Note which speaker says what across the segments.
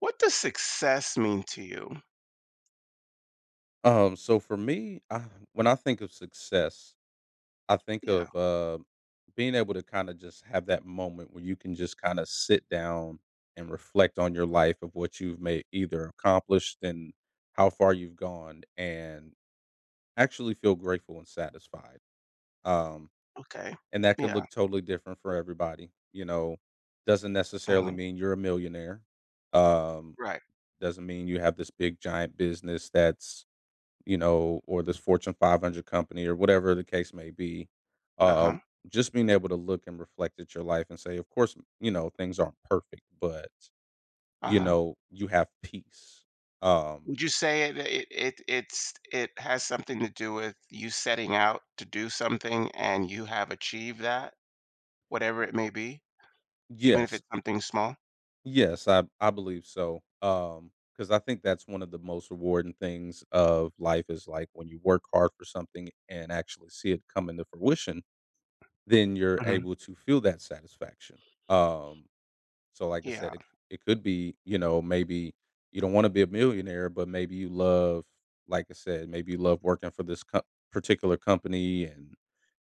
Speaker 1: What does success mean to you?
Speaker 2: So for me, when I think of success, I think
Speaker 1: Yeah,
Speaker 2: of being able to kind of just have that moment where you can just kind of sit down and reflect on your life of what you've made either accomplished and how far you've gone, and actually feel grateful and satisfied. Um,
Speaker 1: okay.
Speaker 2: and that could
Speaker 1: Yeah,
Speaker 2: look totally different for everybody. Doesn't necessarily
Speaker 1: uh-huh,
Speaker 2: mean you're a millionaire. Um,
Speaker 1: right,
Speaker 2: doesn't mean you have this big giant business that's or this Fortune 500 company or whatever the case may be. Um,
Speaker 1: uh-huh,
Speaker 2: just being able to look and reflect at your life and say, of course, you know, things aren't perfect, but you
Speaker 1: uh-huh.
Speaker 2: know, you have peace. Um,
Speaker 1: Would you say it has something to do with you setting out to do something and you have achieved that, whatever it may be, even if
Speaker 2: yes,
Speaker 1: it's something small?
Speaker 2: yes, I believe so. Because I think that's one of the most rewarding things of life is like when you work hard for something and actually see it come into fruition, then you're
Speaker 1: Mhm.
Speaker 2: able to feel that satisfaction. Um, So, like I
Speaker 1: Yeah,
Speaker 2: said, it could be, you know, maybe you don't wanna be a millionaire, but maybe you love like I said, maybe you love working for this co particular company, and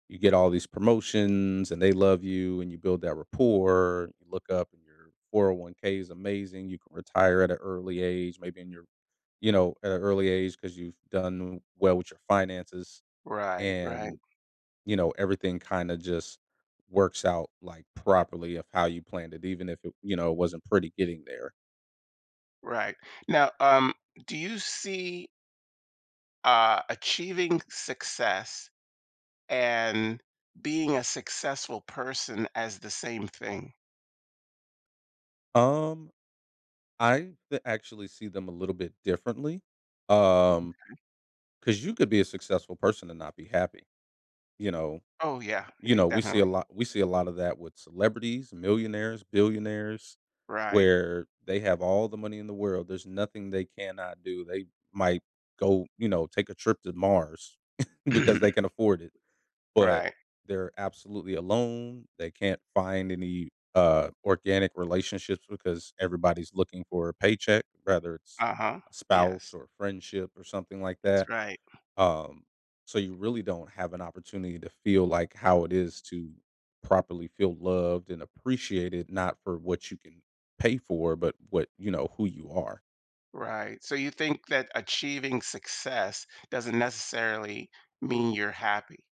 Speaker 2: you get all these promotions, and they love you, and you build that rapport. You look up, and your 401(k) is amazing. You can retire at an early age, maybe in your you know, at an early age because 'cause you've done well with your finances,
Speaker 1: right, right,
Speaker 2: and you know, everything kinda just works out, like, properly of how you planned it, even if it, you know, it wasn't pretty getting there.
Speaker 1: right. Now, do you see, achieving success and being a successful person as the same thing?
Speaker 2: Um, I th Actually see them a little bit differently, um, because you could be a successful person and not be happy, you know?
Speaker 1: Oh, yeah,
Speaker 2: You know, we
Speaker 1: definitely.
Speaker 2: see a lot of that with celebrities, millionaires, billionaires,
Speaker 1: Right.
Speaker 2: where they have all the money in the world, there's nothing they cannot do, they might go, you know, take a trip to Mars because they can afford it, but
Speaker 1: Right.
Speaker 2: they're absolutely alone. They can't find any organic relationships because everybody's looking for a paycheck, whether it's
Speaker 1: Uh-huh.
Speaker 2: a spouse
Speaker 1: Yes.
Speaker 2: or friendship or something like
Speaker 1: That's
Speaker 2: that.
Speaker 1: right.
Speaker 2: Um, so you really don't have an opportunity to feel like how it is to properly feel loved and appreciated, not for what you can pay for, but what you know who you are.
Speaker 1: Right. So you think that achieving success doesn't necessarily mean you're happy.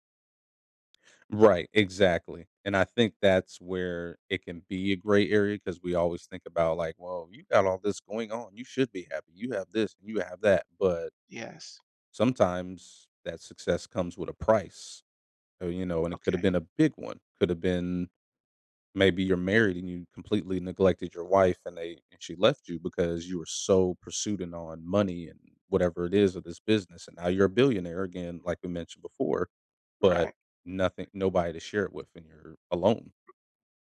Speaker 2: Right, exactly, and I think that's where it can be a gray area because we always think about, like, "Well, you got all this going on, you should be happy, you have this, and you have that," but
Speaker 1: Yes.
Speaker 2: sometimes that success comes with a price, you know, and it could have
Speaker 1: Okay.
Speaker 2: been a big one, could have been maybe you're married and you completely neglected your wife and they and she left you because you were so pursuing on money and whatever it is of this business, and now you're a billionaire again, like we mentioned before, but
Speaker 1: Right.
Speaker 2: nothing nobody to share it with and you're alone.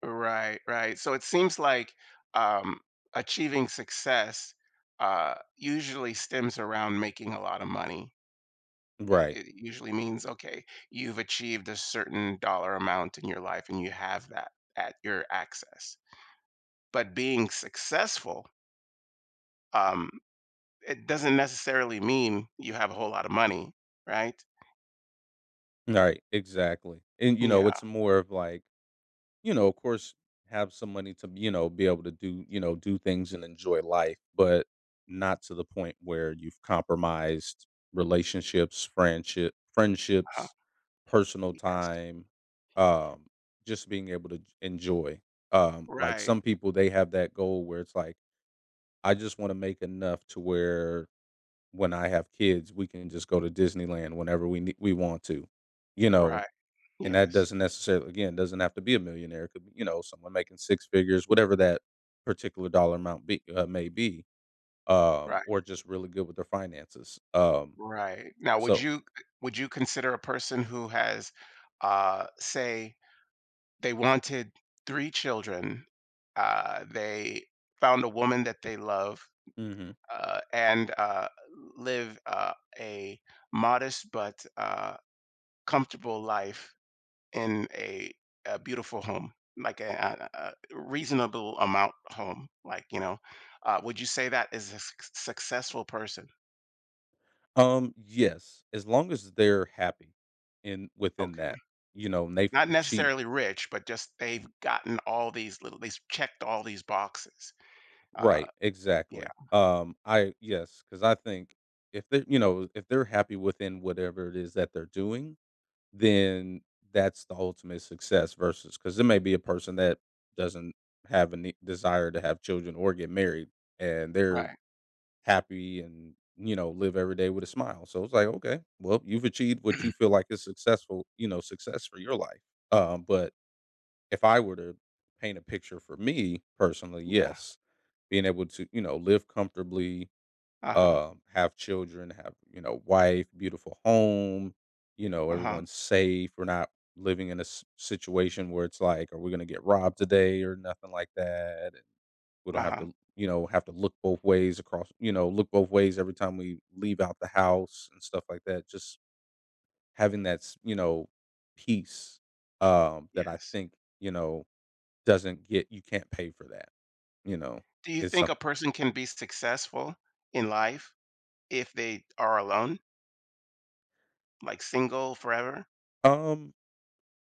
Speaker 1: Right. Right. So it seems like um, achieving success usually stems around making a lot of money. It,
Speaker 2: Right.
Speaker 1: it usually means, okay, you've achieved a certain dollar amount in your life and you have that at your access. But being successful, Um, it doesn't necessarily mean you have a whole lot of money, right?
Speaker 2: Right. Exactly. And you know,
Speaker 1: Yeah,
Speaker 2: it's more of like, you know, of course have some money to, you know, be able to do, you know, do things and enjoy life, but not to the point where you've compromised relationships,
Speaker 1: uh-huh,
Speaker 2: friendships, personal
Speaker 1: yes.
Speaker 2: time, um, just being able to enjoy. Like
Speaker 1: Right,
Speaker 2: some people they have that goal where it's like, I just want to make enough to where when I have kids, we can just go to Disneyland whenever we nee we want to, you know,
Speaker 1: right,
Speaker 2: and that
Speaker 1: yes,
Speaker 2: doesn't necessarily again, doesn't have to be a millionaire, it could be, you know, someone making 6 figures, whatever that particular dollar amount be may be,
Speaker 1: right,
Speaker 2: or just really good with their finances,
Speaker 1: right. Now,
Speaker 2: so
Speaker 1: would you consider a person who has, say, they wanted 3 children, they found a woman that they love,
Speaker 2: mhm.
Speaker 1: uh, and, uh, live, a modest but, comfortable life in a beautiful home, like a reasonable amount home, like, you know, would you say that is a successful person?
Speaker 2: Yes, as long as they're happy in within
Speaker 1: Okay.
Speaker 2: that, you know, and they've
Speaker 1: Not
Speaker 2: achieved
Speaker 1: necessarily rich, but just they've gotten all these little they've checked all these boxes. Uh,
Speaker 2: right,
Speaker 1: yeah,
Speaker 2: exactly. I Yes, because I think if they, you know, if they're happy within whatever it is that they're doing, then that's the ultimate success. Versus, because there may be a person that doesn't have a desire to have children or get married, and they're
Speaker 1: right.
Speaker 2: happy and you know live every day with a smile. So it's like, okay, well, you've achieved what you feel like is successful, you know, success for your life. But if I were to paint a picture for me personally,
Speaker 1: Yeah.
Speaker 2: yes being able to, you know, live comfortably,
Speaker 1: Uh-huh.
Speaker 2: have children, have, you know, wife, beautiful home, you know,
Speaker 1: Uh-huh.
Speaker 2: everyone's safe. We're not living in a situation where it's like, are we going to get robbed today or nothing like that? And we don't have
Speaker 1: Uh-huh.
Speaker 2: to, you know, have to look both ways across, you know, look both ways every time we leave out the house and stuff like that. Just having that, you know, peace that I
Speaker 1: Yes.
Speaker 2: think, you know, doesn't get, you can't pay for that, you know,
Speaker 1: Do you
Speaker 2: is
Speaker 1: think a
Speaker 2: something.
Speaker 1: person can be successful in life if they are alone, like single forever?
Speaker 2: Um,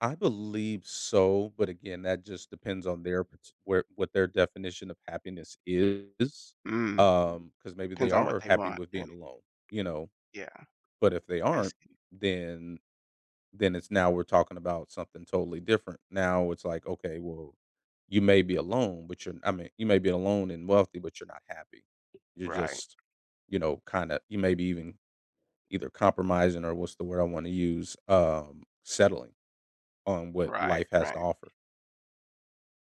Speaker 2: I believe so, but again, that just depends on their parti where what their definition of happiness is.
Speaker 1: Mm,
Speaker 2: Because maybe they
Speaker 1: depends on what
Speaker 2: are
Speaker 1: they
Speaker 2: happy
Speaker 1: want,
Speaker 2: with
Speaker 1: right?
Speaker 2: being alone, you know?
Speaker 1: Yeah,
Speaker 2: But if they
Speaker 1: I
Speaker 2: aren't,
Speaker 1: see.
Speaker 2: then then it's now we're talking about something totally different. Now it's like, okay, well, you may be alone, but you may be alone and wealthy, but you're not happy. You're
Speaker 1: Right.
Speaker 2: just, you know, kinda you may be even either compromising or what's the word I wanna use, settling on what
Speaker 1: Right,
Speaker 2: life has to
Speaker 1: right.
Speaker 2: offer.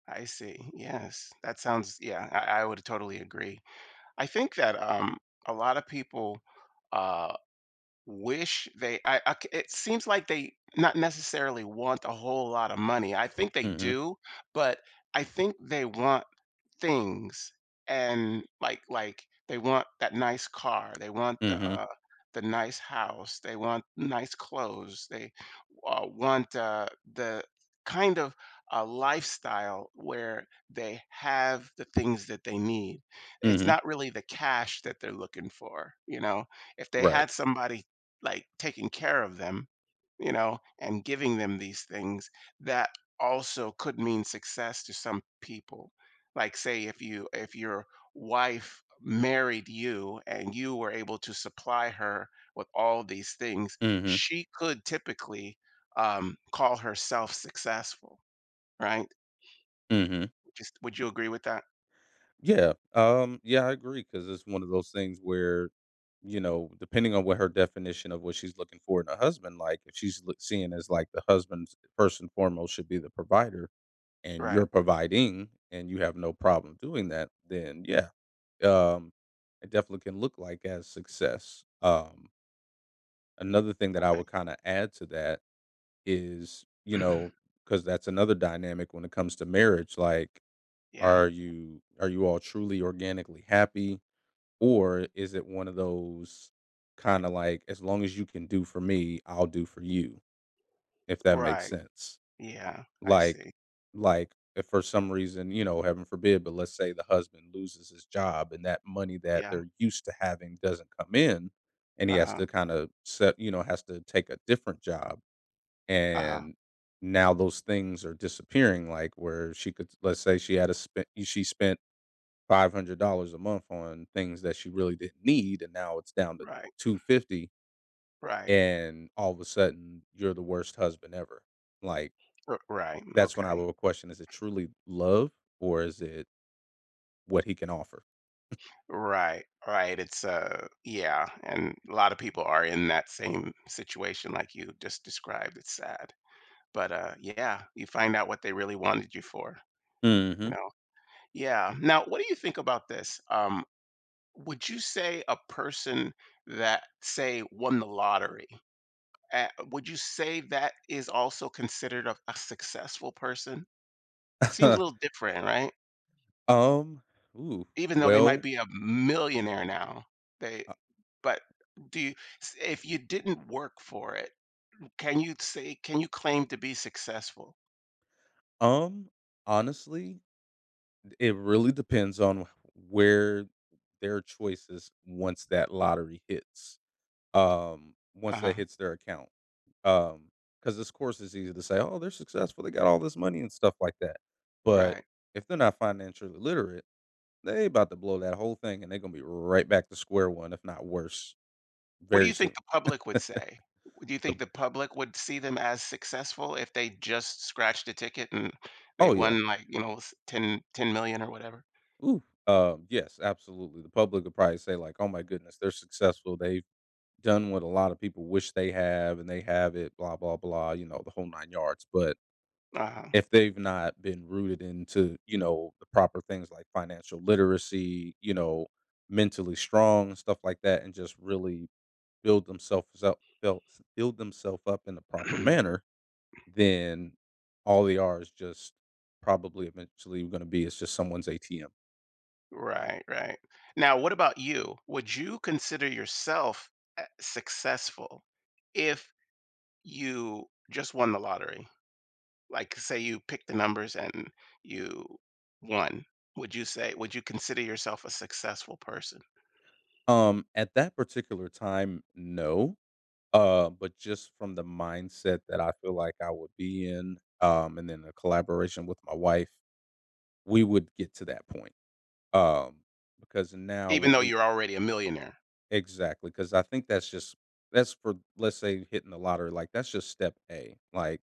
Speaker 1: I see. Yes. That sounds yeah, I would totally agree. I think that, a lot of people, uh wish they it seems like they not necessarily want a whole lot of money. I think they
Speaker 2: Mhm.
Speaker 1: do, but I think they want things and like they want that nice car, they want the
Speaker 2: Mhm.
Speaker 1: uh the nice house, they want nice clothes, they want the kind of a lifestyle where they have the things that they need. It's
Speaker 2: Mhm.
Speaker 1: not really the cash that they're looking for, you know, if they
Speaker 2: Right.
Speaker 1: had somebody like taking care of them, you know, and giving them these things that also could mean success to some people. Like say if your wife married you and you were able to supply her with all these things,
Speaker 2: Mhm.
Speaker 1: she could typically call herself successful, right?
Speaker 2: Mhm.
Speaker 1: Just would you agree with that?
Speaker 2: Yeah. Yeah, I agree because it's one of those things where, you know, depending on what her definition of what she's looking for in a husband, like, if she's loo seeing as, like, the husband's first and foremost should be the provider and
Speaker 1: Right.
Speaker 2: you're providing and you have no problem doing that, then yeah, um, it definitely can look like as success. Another thing that I
Speaker 1: Okay.
Speaker 2: would kinda add to that is, you know because that's another dynamic when it comes to marriage, like
Speaker 1: Yeah.
Speaker 2: Are you all truly organically happy, or is it one of those kind of like, as long as you can do for me, I'll do for you, if that makes
Speaker 1: Right.
Speaker 2: sense?
Speaker 1: Yeah. I
Speaker 2: Like,
Speaker 1: see.
Speaker 2: like if for some reason, you know, heaven forbid, but let's say the husband loses his job and that money that
Speaker 1: Yeah.
Speaker 2: they're used to having doesn't come in, and he
Speaker 1: Uh
Speaker 2: has
Speaker 1: huh.
Speaker 2: to kind of set, you know, has to take a different job.
Speaker 1: Uh huh.
Speaker 2: And now those things are disappearing like where she could let's say she spent $500 a month on things that she really didn't need, and now it's down to
Speaker 1: Right.
Speaker 2: 250
Speaker 1: Right.
Speaker 2: and all of a sudden you're the worst husband ever. Like,
Speaker 1: R right,
Speaker 2: that's when I
Speaker 1: okay.
Speaker 2: will question, is it truly love or is it what he can offer?
Speaker 1: Right, right, it's, yeah, and a lot of people are in that same situation like you just described, it's sad. But, yeah, you find out what they really wanted you for, you
Speaker 2: Mhm.
Speaker 1: know? Yeah, now what do you think about this? Would you say a person that, say, won the lottery, would you say that is also considered a successful person? Seems a little different, right?
Speaker 2: Um, ooh,
Speaker 1: Even though they might
Speaker 2: well,
Speaker 1: be a millionaire now, they
Speaker 2: uh,
Speaker 1: But do you s if you didn't work for it, can you say, can you claim to be successful?
Speaker 2: um, Honestly, it really depends on where their choices once that lottery hits, once that
Speaker 1: Uh-huh,
Speaker 2: hits their account. Um, because this course is easy to say, "Oh, they're successful, they got all this money and stuff like that." But
Speaker 1: right.
Speaker 2: if they're not financially literate, they about to blow that whole thing and they are gonna be right back to square one, if not worse,
Speaker 1: What do
Speaker 2: very
Speaker 1: you think
Speaker 2: soon.
Speaker 1: the public would say? Do you think
Speaker 2: The
Speaker 1: the public would see them as successful if they just scratched a ticket and they
Speaker 2: oh, yeah.
Speaker 1: won, like, you know, s 10- or whatever?
Speaker 2: Yes, absolutely. The public would probably say like, "Oh my goodness, they're successful. They've done what a lot of people wish they have, and they have it, blah, blah, blah," you know, the whole 9 yards, but
Speaker 1: Uh-huh.
Speaker 2: if they've not been rooted into, you know, the proper things like financial literacy, you know, mentally strong and stuff like that, and just really build themselves up, build, build themselves up in the proper manner, then all they are is just probably eventually going to be is just someone's ATM.
Speaker 1: Right, right. Now, what about you? Would you consider yourself, successful if you just won the lottery? Like say you pick the numbers and you won, would you say, would you consider yourself a successful person
Speaker 2: At that particular time, no. But just from the mindset that I feel like I would be in, and then the collaboration with my wife, we would get to that point. Um, because now
Speaker 1: even
Speaker 2: what
Speaker 1: though
Speaker 2: we
Speaker 1: you're already a millionaire?
Speaker 2: Exactly? Because I think that's just that's for, let's say, hitting the lottery, like, that's just step A, like,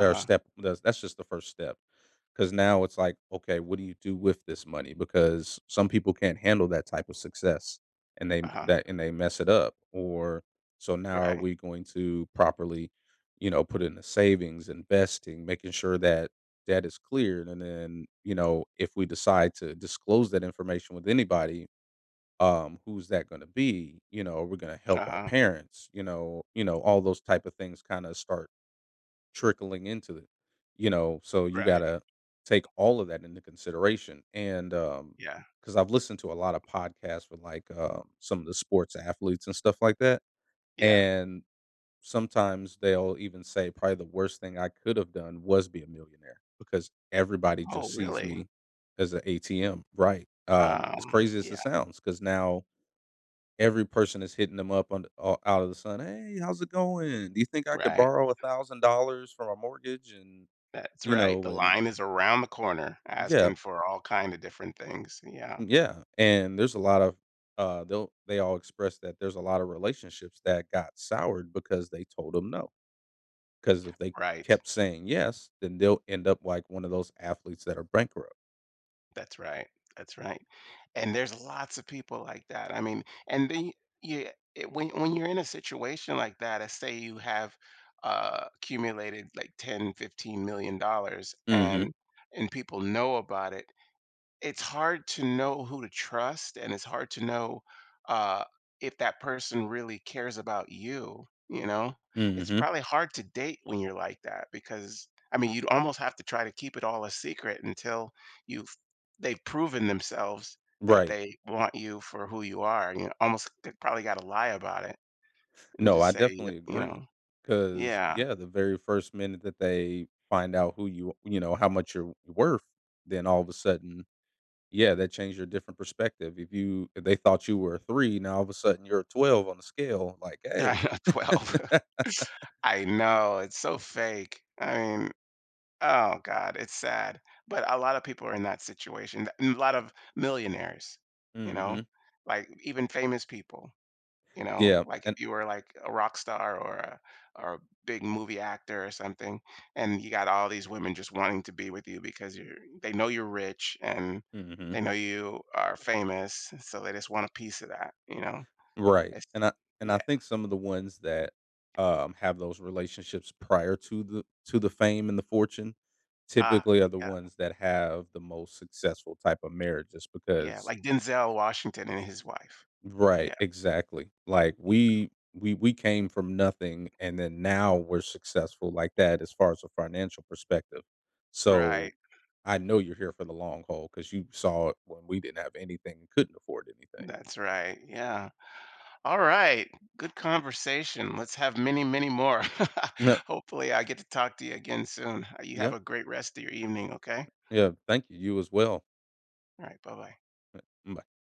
Speaker 2: or step that's just the first step. Because now it's like, okay, what do you do with this money? Because some people can't handle that type of success, and they
Speaker 1: uh-huh,
Speaker 2: that and they mess it up, or so now are
Speaker 1: right,
Speaker 2: we going to properly, you know, put in the savings, investing, making sure that debt is cleared, and then, you know, if we decide to disclose that information with anybody, who's that going to be? You know, we're going to help our
Speaker 1: uh-huh,
Speaker 2: parents, you know, all those type of things kind of start trickling into it, you know, so you got
Speaker 1: right,
Speaker 2: to take all of that into consideration. And,
Speaker 1: yeah,
Speaker 2: cause I've listened to a lot of podcasts with like, some of the sports athletes and stuff like that.
Speaker 1: yeah,
Speaker 2: And sometimes they'll even say probably the worst thing I could have done was be a millionaire because everybody
Speaker 1: oh
Speaker 2: just sees
Speaker 1: really,
Speaker 2: me as an ATM. Right. As
Speaker 1: um,
Speaker 2: crazy as it
Speaker 1: yeah,
Speaker 2: sounds, because now every person is hitting them up on the out of the sun, "Hey, how's it going? Do you think I could
Speaker 1: right,
Speaker 2: borrow $1,000 for my mortgage?"
Speaker 1: that's
Speaker 2: You
Speaker 1: right,
Speaker 2: know,
Speaker 1: the
Speaker 2: and
Speaker 1: line is around the corner
Speaker 2: yeah,
Speaker 1: asking for all kind of different things, yeah,
Speaker 2: yeah, and there's a lot of, they'll they all express that there's a lot of relationships that got soured because they told them no. Because if they
Speaker 1: right.
Speaker 2: kept saying yes, then they'll end up like one of those athletes that are bankrupt.
Speaker 1: That's right, that's right, and there's lots of people like that, I mean, and then you it when you're in a situation like that, let's say you have, accumulated like fifteen million $15
Speaker 2: Mhm,
Speaker 1: and people know about it, it's hard to know who to trust and it's hard to know, uh, if that person really cares about you, you know, it's
Speaker 2: mhm,
Speaker 1: probably hard to date when you're like that because I mean you'd almost have to try to keep it all a secret until you've they've proven themselves that
Speaker 2: right.
Speaker 1: they want you for who you are. You almost probably got to lie about it and
Speaker 2: No,
Speaker 1: just
Speaker 2: I
Speaker 1: say
Speaker 2: definitely
Speaker 1: you
Speaker 2: agree.
Speaker 1: know.
Speaker 2: Cause
Speaker 1: Yeah.
Speaker 2: yeah, the very first minute that they find out who you you know, how much you're worth, then all of a sudden, yeah, that changed your different perspective. If you if they thought you were a three, now all of a sudden you're a 12 on the scale, like, hey.
Speaker 1: I'm 12. I know, it's so fake, I mean, oh God, it's sad, but a lot of people are in that situation. Th- and A lot of millionaires, you know,
Speaker 2: hmm.
Speaker 1: like even famous people, you know,
Speaker 2: Yeah.
Speaker 1: like
Speaker 2: And
Speaker 1: if you were like a rock star or a big movie actor or something, and you got all these women just wanting to be with you because you're they know you're rich and they
Speaker 2: mhm.
Speaker 1: know you are famous, so they just want a piece of that, you know.
Speaker 2: Right.
Speaker 1: It's
Speaker 2: And I
Speaker 1: yeah,
Speaker 2: think some of the ones that have those relationships prior to the fame and the fortune
Speaker 1: ah,
Speaker 2: typically are the
Speaker 1: yeah,
Speaker 2: ones that have the most successful type of marriages
Speaker 1: yeah,
Speaker 2: because
Speaker 1: like Denzel Washington and his wife.
Speaker 2: right,
Speaker 1: Yeah,
Speaker 2: exactly. Like
Speaker 1: yeah,
Speaker 2: we came from nothing and then now we're successful like that as far as a financial perspective. So
Speaker 1: right.
Speaker 2: I know you're here for the long haul because you saw it when we didn't have anything and couldn't afford anything.
Speaker 1: That's right. Yeah. All right. Good conversation. Let's have many, many more.
Speaker 2: Yep.
Speaker 1: Hopefully, I get to talk to you again soon. You have
Speaker 2: Yep.
Speaker 1: a great rest of your evening. Okay.
Speaker 2: Yeah. Thank you. You as well.
Speaker 1: All right. Bye bye.